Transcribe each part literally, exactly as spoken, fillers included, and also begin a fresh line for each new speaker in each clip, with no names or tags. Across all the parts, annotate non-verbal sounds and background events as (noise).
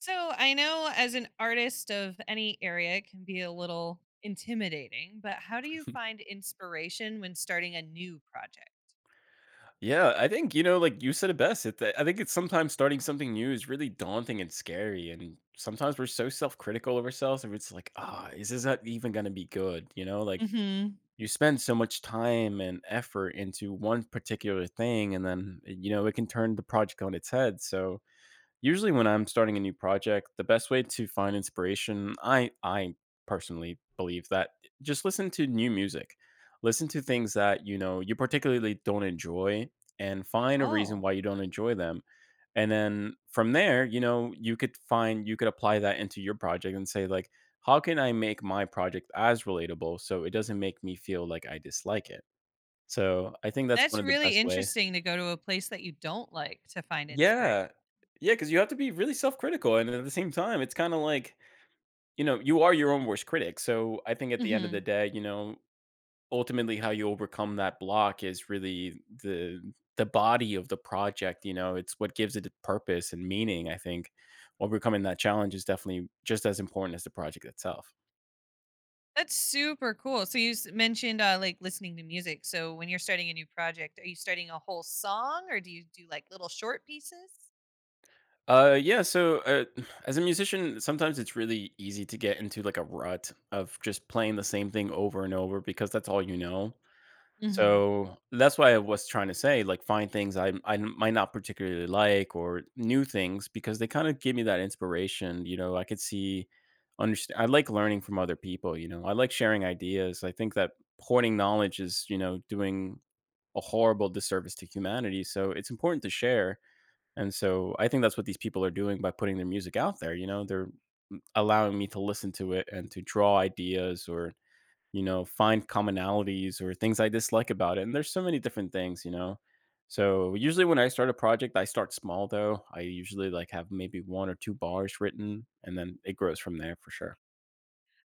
So I know as an artist of any area, it can be a little intimidating, but how do you find inspiration when starting a new project?
Yeah, I think, you know, like you said it best. It, I think it's sometimes starting something new is really daunting and scary. And sometimes we're so self critical of ourselves. And it's like, ah, is this not even going to be good? You know, like
Mhm.
you spend so much time and effort into one particular thing. And then, you know, it can turn the project on its head. So, usually when I'm starting a new project, the best way to find inspiration, I I personally believe that just listen to new music. Listen to things that, you know, you particularly don't enjoy and find a
Oh,
reason why you don't enjoy them. And then from there, you know, you could find you could apply that into your project and say like, how can I make my project as relatable so it doesn't make me feel like I dislike it? So, I think that's
that's
one of the
really
best way.
interesting to go to a place that you don't like to find inspiration.
Yeah. Yeah, because you have to be really self-critical, and at the same time, it's kinda like, you know, you are your own worst critic, so I think at the end of the
Mhm.
day, you know, ultimately how you overcome that block is really the the body of the project, you know, it's what gives it a purpose and meaning, I think. Overcoming that challenge is definitely just as important as the project itself.
That's super cool. So you s- mentioned uh, like listening to music. So when you're starting a new project, are you starting a whole song or do you do like little short pieces?
Uh, yeah, so, uh, (sighs) as a musician, sometimes it's really easy to get into, like, a rut of just playing the same thing over and over because that's all you know.
Mhm.
So, that's why I was trying to say, like, find things i I might not particularly like or new things because they kinda give me that inspiration, you know, I could see, understand. I like learning from other people, you know, I like sharing ideas, I think that hoarding knowledge is, you know, doing a horrible disservice to humanity, so it's important to share, and so I think that's what these people are doing by putting their music out there, you know, they're mm, allowing me to listen to it and to draw ideas or, you know, find commonalities or things I dislike about it. And there's so many different things, you know. So usually when I start a project, I start small though. I usually like have maybe one or two bars written and then it grows from there for sure.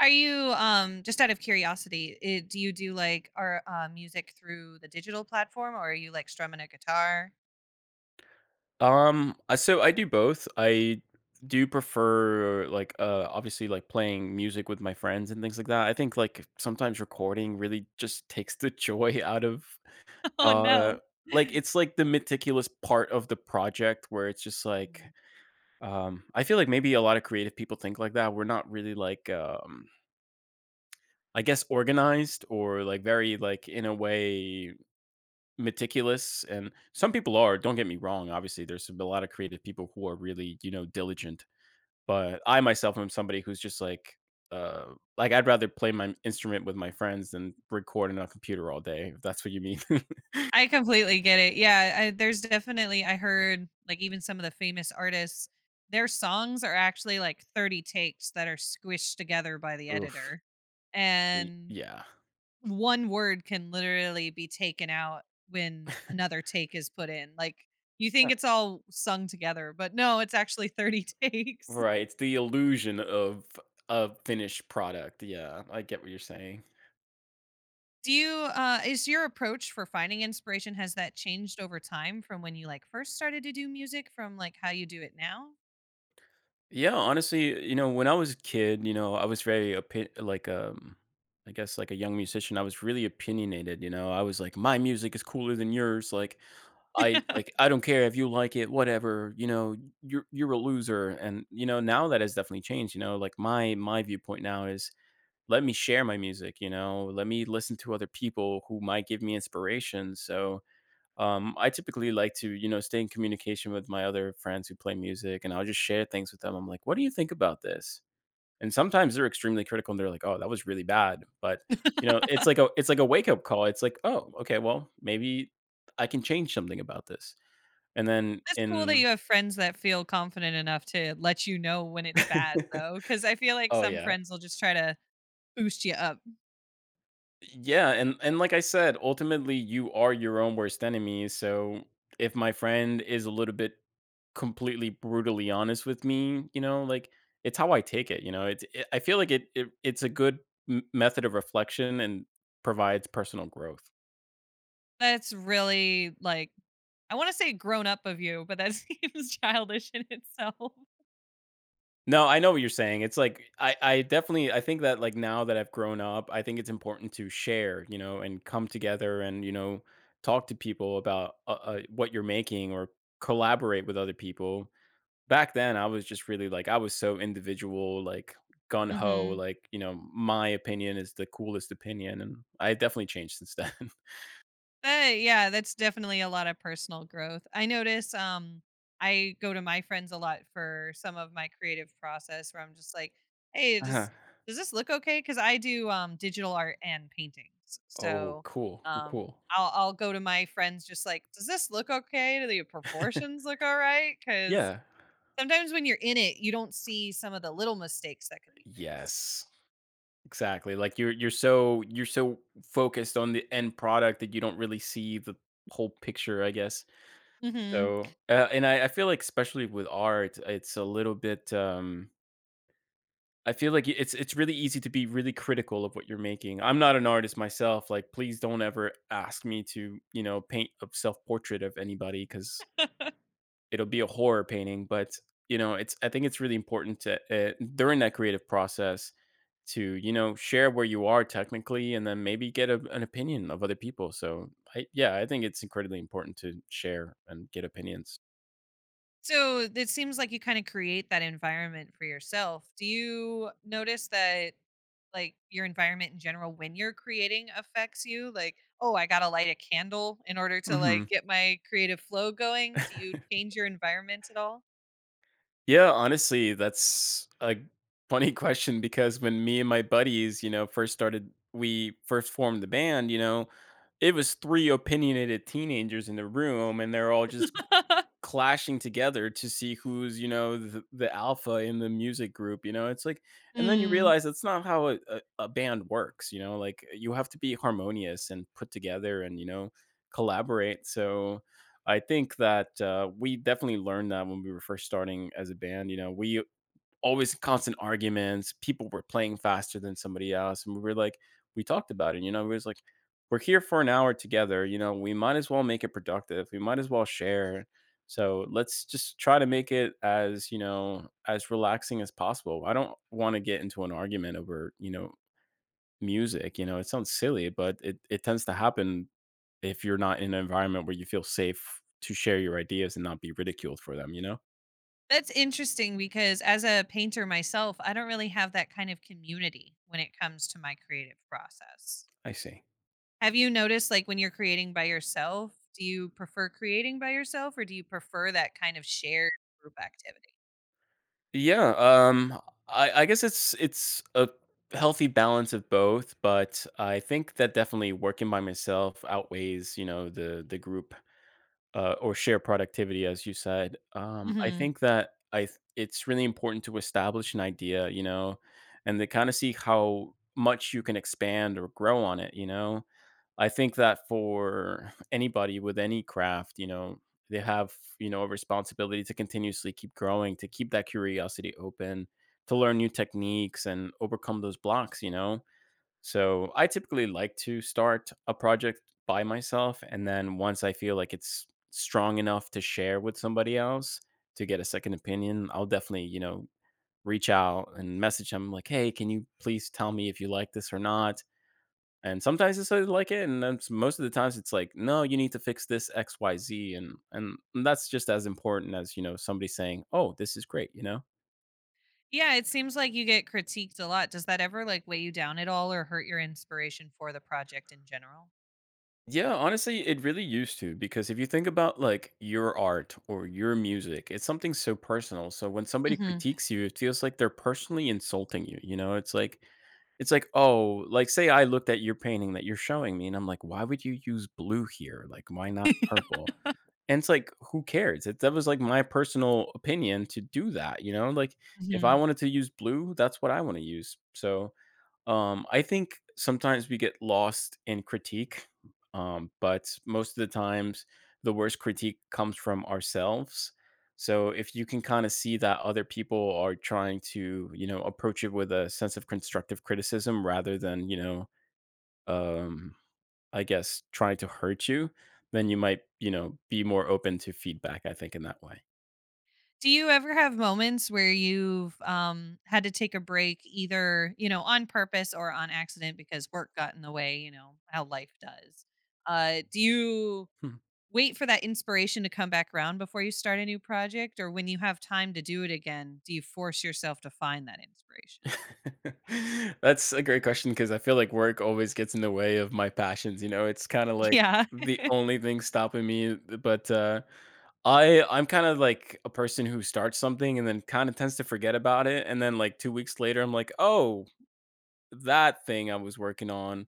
Are you, um, just out of curiosity, eh, do you do like our uh, music through the digital platform or are you like strumming a guitar?
Um, I- so I do both. I do prefer like uh obviously like playing music with my friends and things like that. I think like sometimes recording really just takes the (laughs) joy out of
(laughs) Oh,
uh
no.
like it's like the meticulous part of the project where it's just like.
Mhm.
Um, I feel like maybe a lot of creative people think like that. We're not really like, um, I guess, organized or like very like in a way meticulous. And some people are. Don't get me wrong. Obviously, there's a lot of creative people who are really, you know, diligent. But I myself am somebody who's just like, uh, like I'd rather play my instrument with my friends than record on a computer all day. If that's what you mean. (laughs)
I completely get it. Yeah, I there's definitely I heard like even some of the famous artists, their songs are actually like thirty takes that are squished together by the
Oof.
editor.
Y-
And
Yeah.
one word can literally be taken out when
(laughs)
another take is put in. Like you think it's all sung together, but no, it's actually thirty takes.
Right.
(laughs)
It's the illusion of a finished product. Yeah, I get what you're saying.
Do you uh is your approach for finding inspiration has that changed over time from when you like first started to do music from like how you do it now?
Yeah, honestly, you know, when I was a kid, you know, I was very opi- like um I guess like a young musician, I was really opinionated, you know. I was like my music is cooler than yours, like I
(laughs)
like I don't care if you like it, whatever, you know, you're you're a loser and you know, now that has definitely changed, you know, like my my viewpoint now is let me share my music, you know, let me listen to other people who might give me inspiration. So, um, I typically like to, you know, stay in communication with my other friends who play music, and I'll just share things with them. I'm like, "What do you think about this?" And sometimes they're extremely critical, and they're like, "Oh, that was really bad," but
Yeah.
you know, it's like a it's like a wake up call. It's like, "Oh, okay, well, maybe I can change something about this." And then
That's cool that you
in
have friends that feel confident enough to let you know when it's bad
(laughs)
though cuz I feel like
Oh,
some
yeah.
friends will just try to boost you up.
Yeah, and and like I said, ultimately you are your own worst enemy. So if my friend is a little bit completely brutally honest with me, you know, like it's how I take it. You know, it's it, I feel like it, it it's a good m- method of reflection and provides personal growth.
That's really, like I wanna say grown up of you, but that (laughs) seems childish in itself.
No, I know what you're saying. It's like I I definitely, I think that like now that I've grown up, I think it's important to share, you know, and come together and you know talk to people about uh, uh, what you're making or collaborate with other people. Back then I was just really like, I was so individual, like gun ho,
Mhm.
like, you know, my opinion is the coolest opinion. And I definitely changed since then. (laughs)
But yeah, that's definitely a lot of personal growth. I notice um I go to my friends a lot for some of my creative process where I'm just like, "Hey,
Uh-huh.
does does this look okay?" cuz I do um digital art and paintings.
Oh,
So,
cool. Cool.
um
Cool.
I'll I'll go to my friends just like, "Does this look okay? Do the proportions look all right?" cuz
Yeah.
sometimes when you're in it, you don't see some of the little mistakes that could be fixed.
Yes. Exactly. Like you're you're so you're so focused on the end product that you don't really see the whole picture, I guess.
Mhm.
So uh, and I, I feel like especially with art, it's a little bit. um I feel like it's it's really easy to be really critical of what you're making. I'm not an artist myself. Like, please don't ever ask me to, you know, paint a self portrait of anybody because
(laughs)
it'll be a horror painting. But you know, it's I think it's really important to, uh, during that creative process to you know share where you are technically, and then maybe get a, an opinion of other people. So, I, yeah, I think it's incredibly important to share and get opinions.
So it seems like you kind of create that environment for yourself. Do you notice that like your environment in general when you're creating affects you? Like, oh, I got to light a candle in order to like get my creative flow going. Do you change your environment at all?
Yeah, honestly, that's a funny (laughs) question because when me and my buddies, you know, first started, we first formed the band, you know, it was three opinionated teenagers in the room and they're all just
(laughs)
clashing together to see who's, you know, the, the alpha in the music group, you know it's like. And then you
Mm.
realize that's not how a, a, a band works, you know, like you have to be harmonious and put together and you know collaborate. So I think that, uh, we definitely learned that when we were first starting as a band, you know, we always constant arguments. People were playing faster than somebody else. And we were like, we talked about it, you know, we was like, we're here for an hour together, you know, we might as well make it productive. We might as well share. So let's just try to make it as, you know, as relaxing as possible. I don't want to get into an argument over, you know, music. You know, it sounds silly, but it, it tends to happen if you're not in an environment where you feel safe to share your ideas and not be ridiculed for them, you know?
That's interesting because as a painter myself, I don't really have that kind of community when it comes to my creative process.
I see.
Have you noticed, like, when you're creating by yourself, do you prefer creating by yourself or do you prefer that kind of shared group activity?
Yeah, um, I, I guess it's it's a healthy balance of both, but I think that definitely working by myself outweighs, you know, the the group, uh, or share productivity, as you said. Um, I
Mhm.
think that I th- it's really important to establish an idea, you know, and to kind of see how much you can expand or grow on it, you know. I think that for anybody with any craft, you know, they have, you know, a responsibility to continuously keep growing, to keep that curiosity open, to learn new techniques and overcome those blocks, you know, so I typically like to start a project by myself. And then once I feel like it's strong enough to share with somebody else to get a second opinion, I'll definitely, you know, reach out and message them like, hey, can you please tell me if you like this or not? And sometimes they say they like it, and then s- most of the times it's like, no, you need to fix this X Y Z, and and that's just as important as you know somebody saying, oh, this is great, you know.
Yeah, it seems like you get critiqued a lot. Does that ever, like, weigh you down at all or hurt your inspiration for the project in general?
Yeah, honestly, it really used to because if you think about like your art or your music, it's something so personal. So when somebody
Mhm,
critiques you, it feels like they're personally insulting you. You know, it's like it's like, oh, like say I looked at your painting that you're showing me and I'm like, why would you use blue here? Like, why not purple? And it's like, who cares? It, that was like my personal opinion to do that, you know? Like if I
mhm.
wanted to use blue, that's what I want to use. So, um, I think sometimes we get lost in critique, um, but most of the times the worst critique comes from ourselves. So if you can kind of see that other people are trying to, you know, approach it with a sense of constructive criticism rather than, you know, um, I guess trying to hurt you, then you might, you know, be more open to feedback, I think, in that way.
Do you ever have moments where you've, um, had to take a break either, you know, on purpose or on accident because work got in the way, you know, how life does? Uh, do you
Hmm.
wait for that inspiration to come back around before you start a new project, or when you have time to do it again, do you force yourself to find that inspiration?
(laughs) That's a great question because I feel like work always gets in the way of my passions, you know? It's kinda
(laughs)
like
Yeah.
the only thing stopping me, uh, but, uh, I I'm kind of like a person who starts something and then kind of tends to forget about it, and then, like, two weeks later, I'm like, "Oh, that thing I was working on,"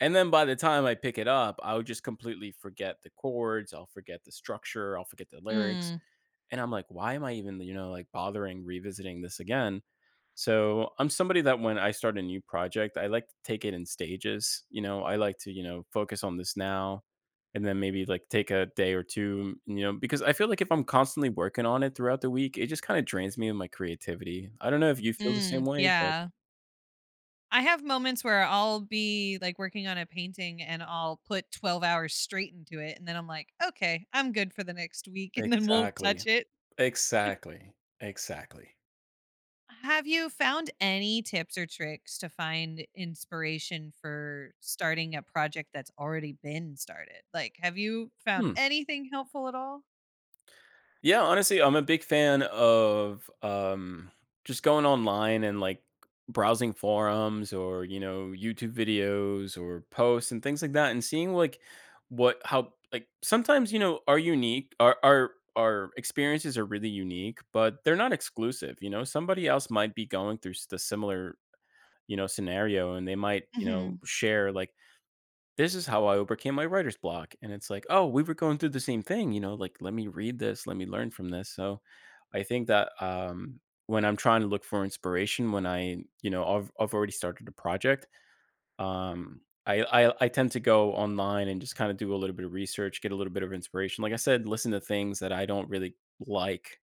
and then by the time I pick it up, I would just completely forget the chords, I'll forget the structure, I'll forget the lyrics,
mm,
and I'm like, "Why am I even, you know, like, bothering revisiting this again?" So I'm somebody that when I start a new project, I like to take it in stages. You know, I like to, you know, focus on this now and then maybe like take a day or two, you know, because I feel like if I'm constantly working on it throughout the week, it just kind of drains me of my creativity. I don't know if you feel the
mm,
same way, but
yeah, I have moments where I'll be like working on a painting and I'll put twelve hours straight into it, and then I'm like, okay, I'm good for the next week, (laughs) and then won't
Exactly.
touch it.
Exactly. Exactly.
Have you found any tips or tricks to find inspiration for starting a project that's already been started? Like, have you found
Hmm.
anything helpful at all?
Yeah, honestly, I'm a big fan of um, just going online and like browsing forums or, you know, YouTube videos or posts and things like that, and seeing like what how like sometimes you know are unique our our our experiences are really unique, but they're not exclusive. You know, somebody else might be going through s- the similar, you know, scenario, and they might, you know,
hmm
share like this is how I overcame my writer's block. And it's like, oh, we were going through the same thing, you know, like let me read this, let me learn from this. So I think that um when I'm trying to look for inspiration, when I, you know, I've I've already started a project, um, I, I I tend to go online and just kind of do a little bit of research, get a little bit of inspiration. Like I said, listen to things that I don't really like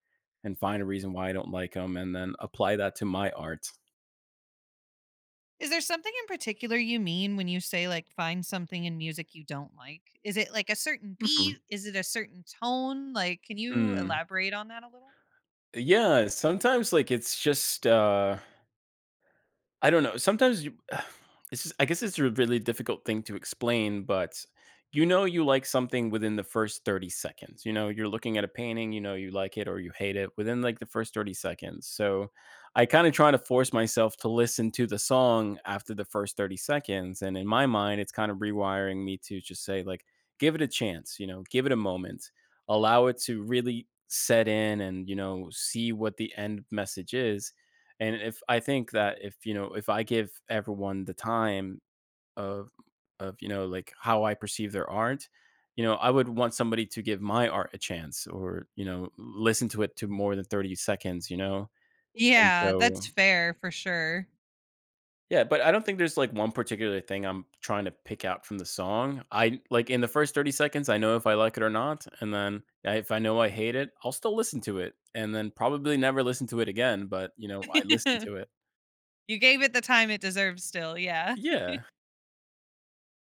and find a reason why I don't like them and then apply that to my art.
Is there something in particular you mean when you say like find something in music you don't like? Is it like a certain
Mhm.
beat? Is it a certain tone? Like, can you
Mm.
elaborate on that a little?
Yeah, sometimes like it's just uh I don't know. Sometimes you (sighs) it's just I guess it's a really difficult thing to explain, but you know you like something within the first thirty seconds. You know, you're looking at a painting, you know you like it or you hate it within like the first thirty seconds. So I kind of try to force myself to listen to the song after the first thirty seconds. And in my mind, it's kind of rewiring me to just say, like, give it a chance, you know, give it a moment, allow it to really set in and, you know, see what the end message is. And if I think that if, you know, if I give everyone the time of of, you know, like how I perceive their art, you know, I would want somebody to give my art a chance or, you know, listen to it to more than thirty seconds, you know? And
Yeah,
so
that's fair for sure.
yeah, but I don't think there's like one particular thing I'm trying to pick out from the song. I like in the first thirty seconds, I know if I like it or not. And then I- if I know I hate it, I'll still listen to it and then probably never listen to it again. But, you know, I listen
(laughs)
to it.
You gave it the time it deserves still. Yeah.
Yeah.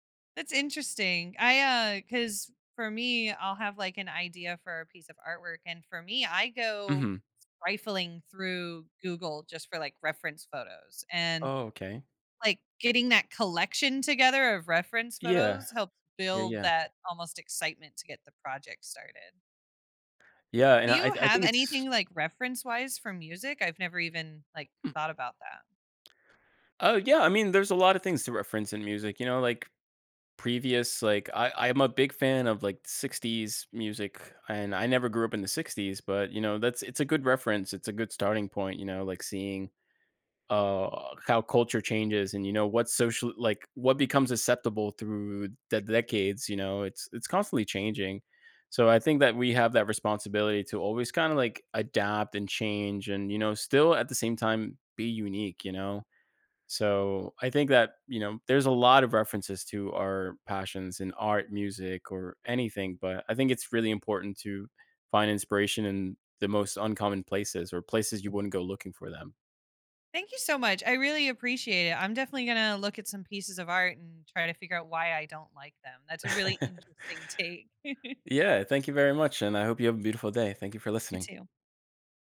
(laughs) That's interesting. I uh cuz for me, I'll have like an idea for a piece of artwork, and for me, I go
Mhm.
rifling through Google just for like reference photos. And
Oh, okay.
like, getting that collection together of reference
Yeah.
photos helps
Yeah,
build
yeah.
that almost excitement to get the project started.
Yeah,
Do
and I
you
I
have
think it's
anything, like, reference-wise for music? I've never even, like, thought about that.
Oh, yeah, I mean, there's a lot of things to reference in music, you know, like, previous like, I I'm a big fan of, like, sixties music, and I never grew up in the sixties, but, you know, that's it's a good reference, it's a good starting point, you know, like, seeing uh how culture changes and, you know, what social, like, what becomes acceptable through the decades. You know, it's it's constantly changing, so I think that we have that responsibility to always kind of like adapt and change and, you know, still at the same time be unique, you know. So I think that, you know, there's a lot of references to our passions in art, music, or anything, but I think it's really important to find inspiration in the most uncommon places or places you wouldn't go looking for them.
Thank you so much, I really appreciate it. I'm definitely gonna look at some pieces of art and try to figure out why I don't like them. That's a really
(laughs)
interesting take. (laughs)
Yeah, thank you very much, and I hope you have a beautiful day. Thank you for
You
listening.
too.